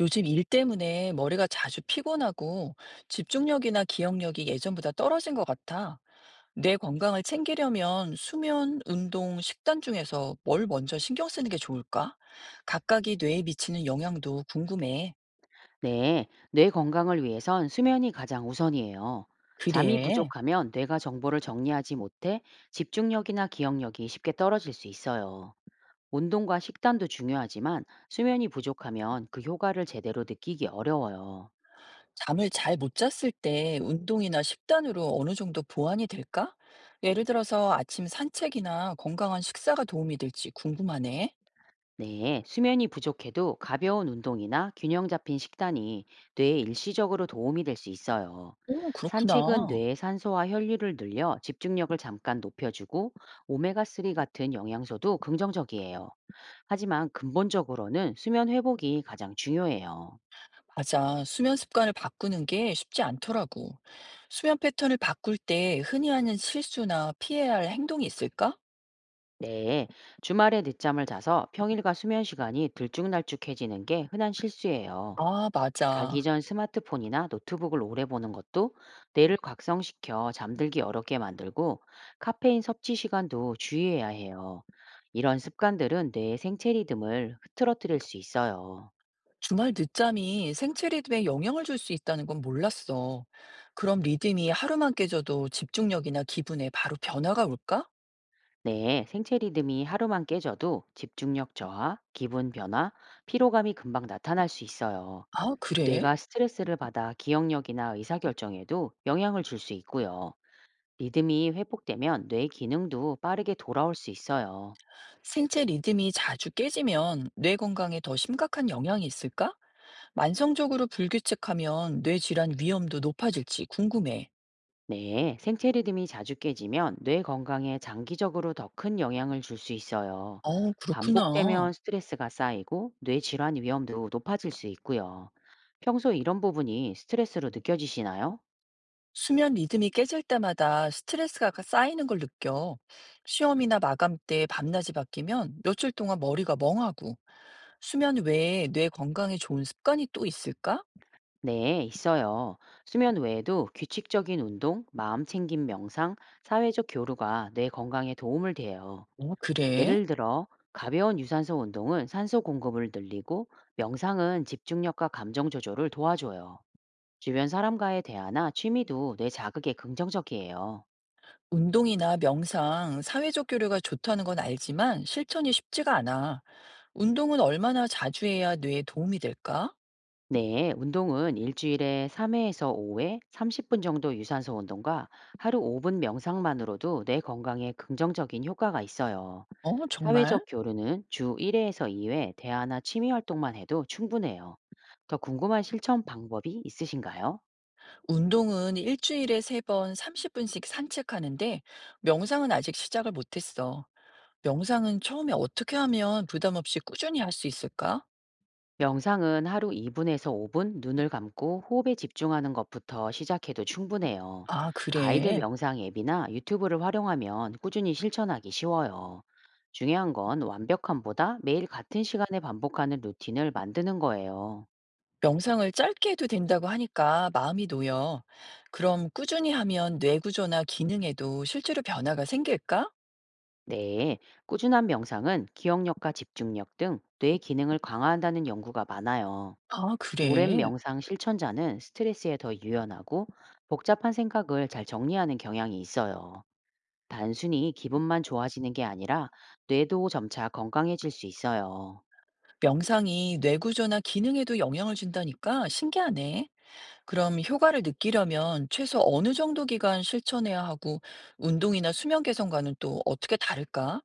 요즘 일 때문에 머리가 자주 피곤하고 집중력이나 기억력이 예전보다 떨어진 것 같아. 뇌 건강을 챙기려면 수면, 운동, 식단 중에서 뭘 먼저 신경 쓰는 게 좋을까? 각각이 뇌에 미치는 영향도 궁금해. 네, 뇌 건강을 위해선 수면이 가장 우선이에요. 잠이 그래. 부족하면 뇌가 정보를 정리하지 못해 집중력이나 기억력이 쉽게 떨어질 수 있어요. 운동과 식단도 중요하지만 수면이 부족하면 그 효과를 제대로 느끼기 어려워요. 잠을 잘 못 잤을 때 운동이나 식단으로 어느 정도 보완이 될까? 예를 들어서 아침 산책이나 건강한 식사가 도움이 될지 궁금하네. 네, 수면이 부족해도 가벼운 운동이나 균형 잡힌 식단이 뇌에 일시적으로 도움이 될 수 있어요. 오, 그렇구나. 산책은 뇌의 산소와 혈류를 늘려 집중력을 잠깐 높여주고 오메가3 같은 영양소도 긍정적이에요. 하지만 근본적으로는 수면 회복이 가장 중요해요. 맞아. 수면 습관을 바꾸는 게 쉽지 않더라고. 수면 패턴을 바꿀 때 흔히 하는 실수나 피해야 할 행동이 있을까? 네, 주말에 늦잠을 자서 평일과 수면 시간이 들쭉날쭉해지는 게 흔한 실수예요. 아, 자기 맞아. 전 스마트폰이나 노트북을 오래 보는 것도 뇌를 각성시켜 잠들기 어렵게 만들고 카페인 섭취 시간도 주의해야 해요. 이런 습관들은 뇌의 생체 리듬을 흐트러뜨릴 수 있어요. 주말 늦잠이 생체 리듬에 영향을 줄 수 있다는 건 몰랐어. 그럼 리듬이 하루만 깨져도 집중력이나 기분에 바로 변화가 올까? 네, 생체 리듬이 하루만 깨져도 집중력 저하, 기분 변화, 피로감이 금방 나타날 수 있어요. 아, 그래? 뇌가 스트레스를 받아 기억력이나 의사결정에도 영향을 줄 수 있고요. 리듬이 회복되면 뇌 기능도 빠르게 돌아올 수 있어요. 생체 리듬이 자주 깨지면 뇌 건강에 더 심각한 영향이 있을까? 만성적으로 불규칙하면 뇌 질환 위험도 높아질지 궁금해. 네, 생체 리듬이 자주 깨지면 뇌 건강에 장기적으로 더 큰 영향을 줄 수 있어요. 어, 그렇구나. 반복되면 스트레스가 쌓이고 뇌 질환 위험도 높아질 수 있고요. 평소 이런 부분이 스트레스로 느껴지시나요? 수면 리듬이 깨질 때마다 쌓이는 걸 느껴. 시험이나 마감 때 밤낮이 바뀌면 며칠 동안 머리가 멍하고. 수면 외에 뇌 건강에 좋은 습관이 또 있을까? 네, 있어요. 수면 외에도 규칙적인 운동, 마음 챙김 명상, 사회적 교류가 뇌 건강에 도움을 돼요. 어, 그래. 예를 들어, 가벼운 유산소 운동은 산소 공급을 늘리고, 명상은 집중력과 감정 조절을 도와줘요. 주변 사람과의 대화나 취미도 뇌 자극에 긍정적이에요. 운동이나 명상, 사회적 교류가 좋다는 건 알지만 실천이 쉽지가 않아. 운동은 얼마나 자주 해야 뇌에 도움이 될까? 네, 운동은 일주일에 3회에서 5회, 30분 정도 유산소 운동과 하루 5분 명상만으로도 뇌 건강에 긍정적인 효과가 있어요. 어, 정말? 사회적 교류는 주 1회에서 2회 대화나 취미 활동만 해도 충분해요. 더 궁금한 실천 방법이 있으신가요? 운동은 일주일에 세 번 30분씩 산책하는데 명상은 아직 시작을 못했어. 명상은 처음에 어떻게 하면 부담 없이 꾸준히 할 수 있을까? 명상은 하루 2분에서 5분 눈을 감고 호흡에 집중하는 것부터 시작해도 충분해요. 아, 가이드 그래. 명상 앱이나 유튜브를 활용하면 꾸준히 실천하기 쉬워요. 중요한 건 완벽함보다 매일 같은 시간에 반복하는 루틴을 만드는 거예요. 명상을 짧게 해도 된다고 하니까 마음이 놓여. 그럼 꾸준히 하면 뇌 구조나 기능에도 실제로 변화가 생길까? 네, 꾸준한 명상은 기억력과 집중력 등 뇌 기능을 강화한다는 연구가 많아요. 아, 오랜 그래. 명상 실천자는 스트레스에 더 유연하고 복잡한 생각을 잘 정리하는 경향이 있어요. 단순히 기분만 좋아지는 게 아니라 뇌도 점차 건강해질 수 있어요. 명상이 뇌 구조나 기능에도 영향을 준다니까 신기하네. 그럼 효과를 느끼려면 최소 어느 정도 기간 실천해야 하고 운동이나 수면 개선과는 또 어떻게 다를까?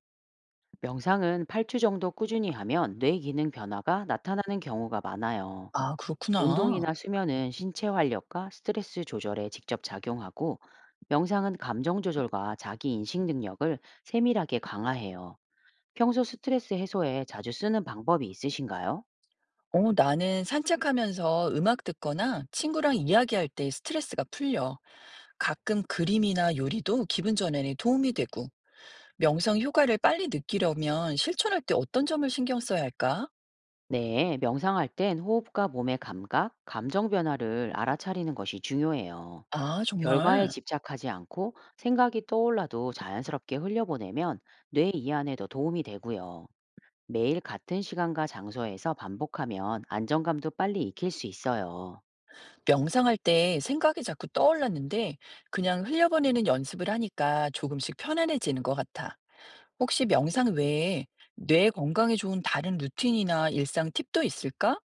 명상은 8주 정도 꾸준히 하면 뇌 기능 변화가 나타나는 경우가 많아요. 아, 그렇구나. 운동이나 수면은 신체 활력과 스트레스 조절에 직접 작용하고 명상은 감정 조절과 자기 인식 능력을 세밀하게 강화해요. 평소 스트레스 해소에 자주 쓰는 방법이 있으신가요? 어, 나는 산책하면서 음악 듣거나 친구랑 이야기할 때 스트레스가 풀려. 가끔 그림이나 요리도 기분 전환에 도움이 되고, 명상 효과를 빨리 느끼려면 실천할 때 어떤 점을 신경 써야 할까? 네, 명상할 땐 호흡과 몸의 감각, 감정 변화를 알아차리는 것이 중요해요. 아, 결과에 정말. 집착하지 않고 생각이 떠올라도 자연스럽게 흘려보내면 뇌 이완에도 도움이 되고요. 매일 같은 시간과 장소에서 반복하면 안정감도 빨리 익힐 수 있어요. 명상할 때 생각이 자꾸 떠올랐는데, 그냥 흘려보내는 연습을 하니까 조금씩 편안해지는 것 같아. 혹시 명상 외에 뇌 건강에 좋은 다른 루틴이나 일상 팁도 있을까?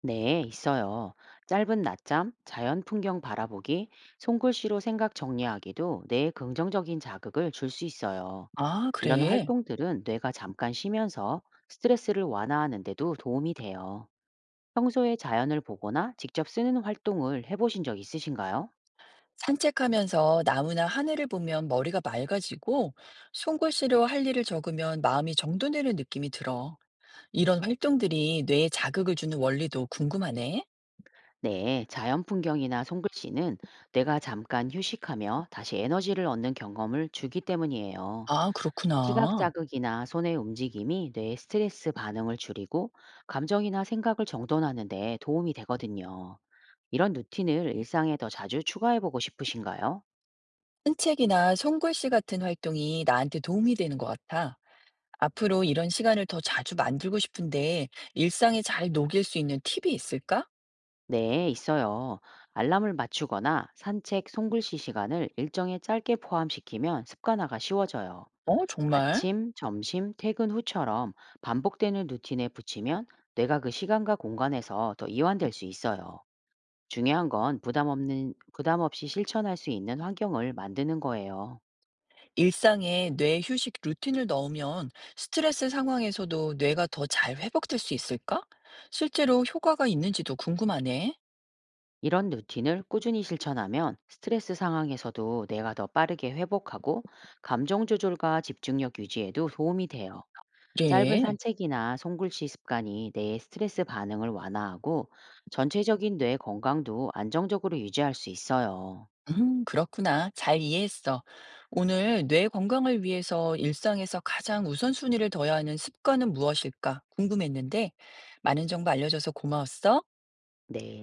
네, 있어요. 짧은 낮잠, 자연 풍경 바라보기, 손글씨로 생각 정리하기도 뇌에 긍정적인 자극을 줄 수 있어요. 아, 이런 그래. 활동들은 뇌가 잠깐 쉬면서 스트레스를 완화하는 데도 도움이 돼요. 평소에 자연을 보거나 직접 쓰는 활동을 해보신 적 있으신가요? 산책하면서 나무나 하늘을 보면 머리가 맑아지고 손글씨로 할 일을 적으면 마음이 정돈되는 느낌이 들어. 이런 활동들이 뇌에 자극을 주는 원리도 궁금하네. 네, 자연 풍경이나 손글씨는 뇌가 잠깐 휴식하며 다시 에너지를 얻는 경험을 주기 때문이에요. 아, 시각 그렇구나. 자극이나 손의 움직임이 뇌의 스트레스 반응을 줄이고 감정이나 생각을 정돈하는 데 도움이 되거든요. 이런 루틴을 일상에 더 자주 추가해보고 싶으신가요? 산책이나 손글씨 같은 활동이 나한테 도움이 되는 것 같아. 앞으로 이런 시간을 더 자주 만들고 싶은데 일상에 잘 녹일 수 있는 팁이 있을까? 네, 있어요. 알람을 맞추거나 산책, 손글씨 시간을 일정에 짧게 포함시키면 습관화가 쉬워져요. 어, 정말? 아침, 점심, 퇴근 후처럼 반복되는 루틴에 붙이면 뇌가 그 시간과 공간에서 더 이완될 수 있어요. 중요한 건 부담 없이 실천할 수 있는 환경을 만드는 거예요. 일상에 뇌 휴식 루틴을 넣으면 스트레스 상황에서도 뇌가 더 잘 회복될 수 있을까? 실제로 효과가 있는지도 궁금하네. 이런 루틴을 꾸준히 실천하면 스트레스 상황에서도 뇌가 더 빠르게 회복하고 감정 조절과 집중력 유지에도 도움이 돼요. 짧은 그래. 산책이나 손글씨 습관이 뇌의 스트레스 반응을 완화하고 전체적인 뇌 건강도 안정적으로 유지할 수 있어요. 그렇구나. 잘 이해했어. 오늘 뇌 건강을 위해서 일상에서 가장 우선순위를 둬야 하는 습관은 무엇일까 궁금했는데 많은 정보 알려줘서 고마웠어. 네.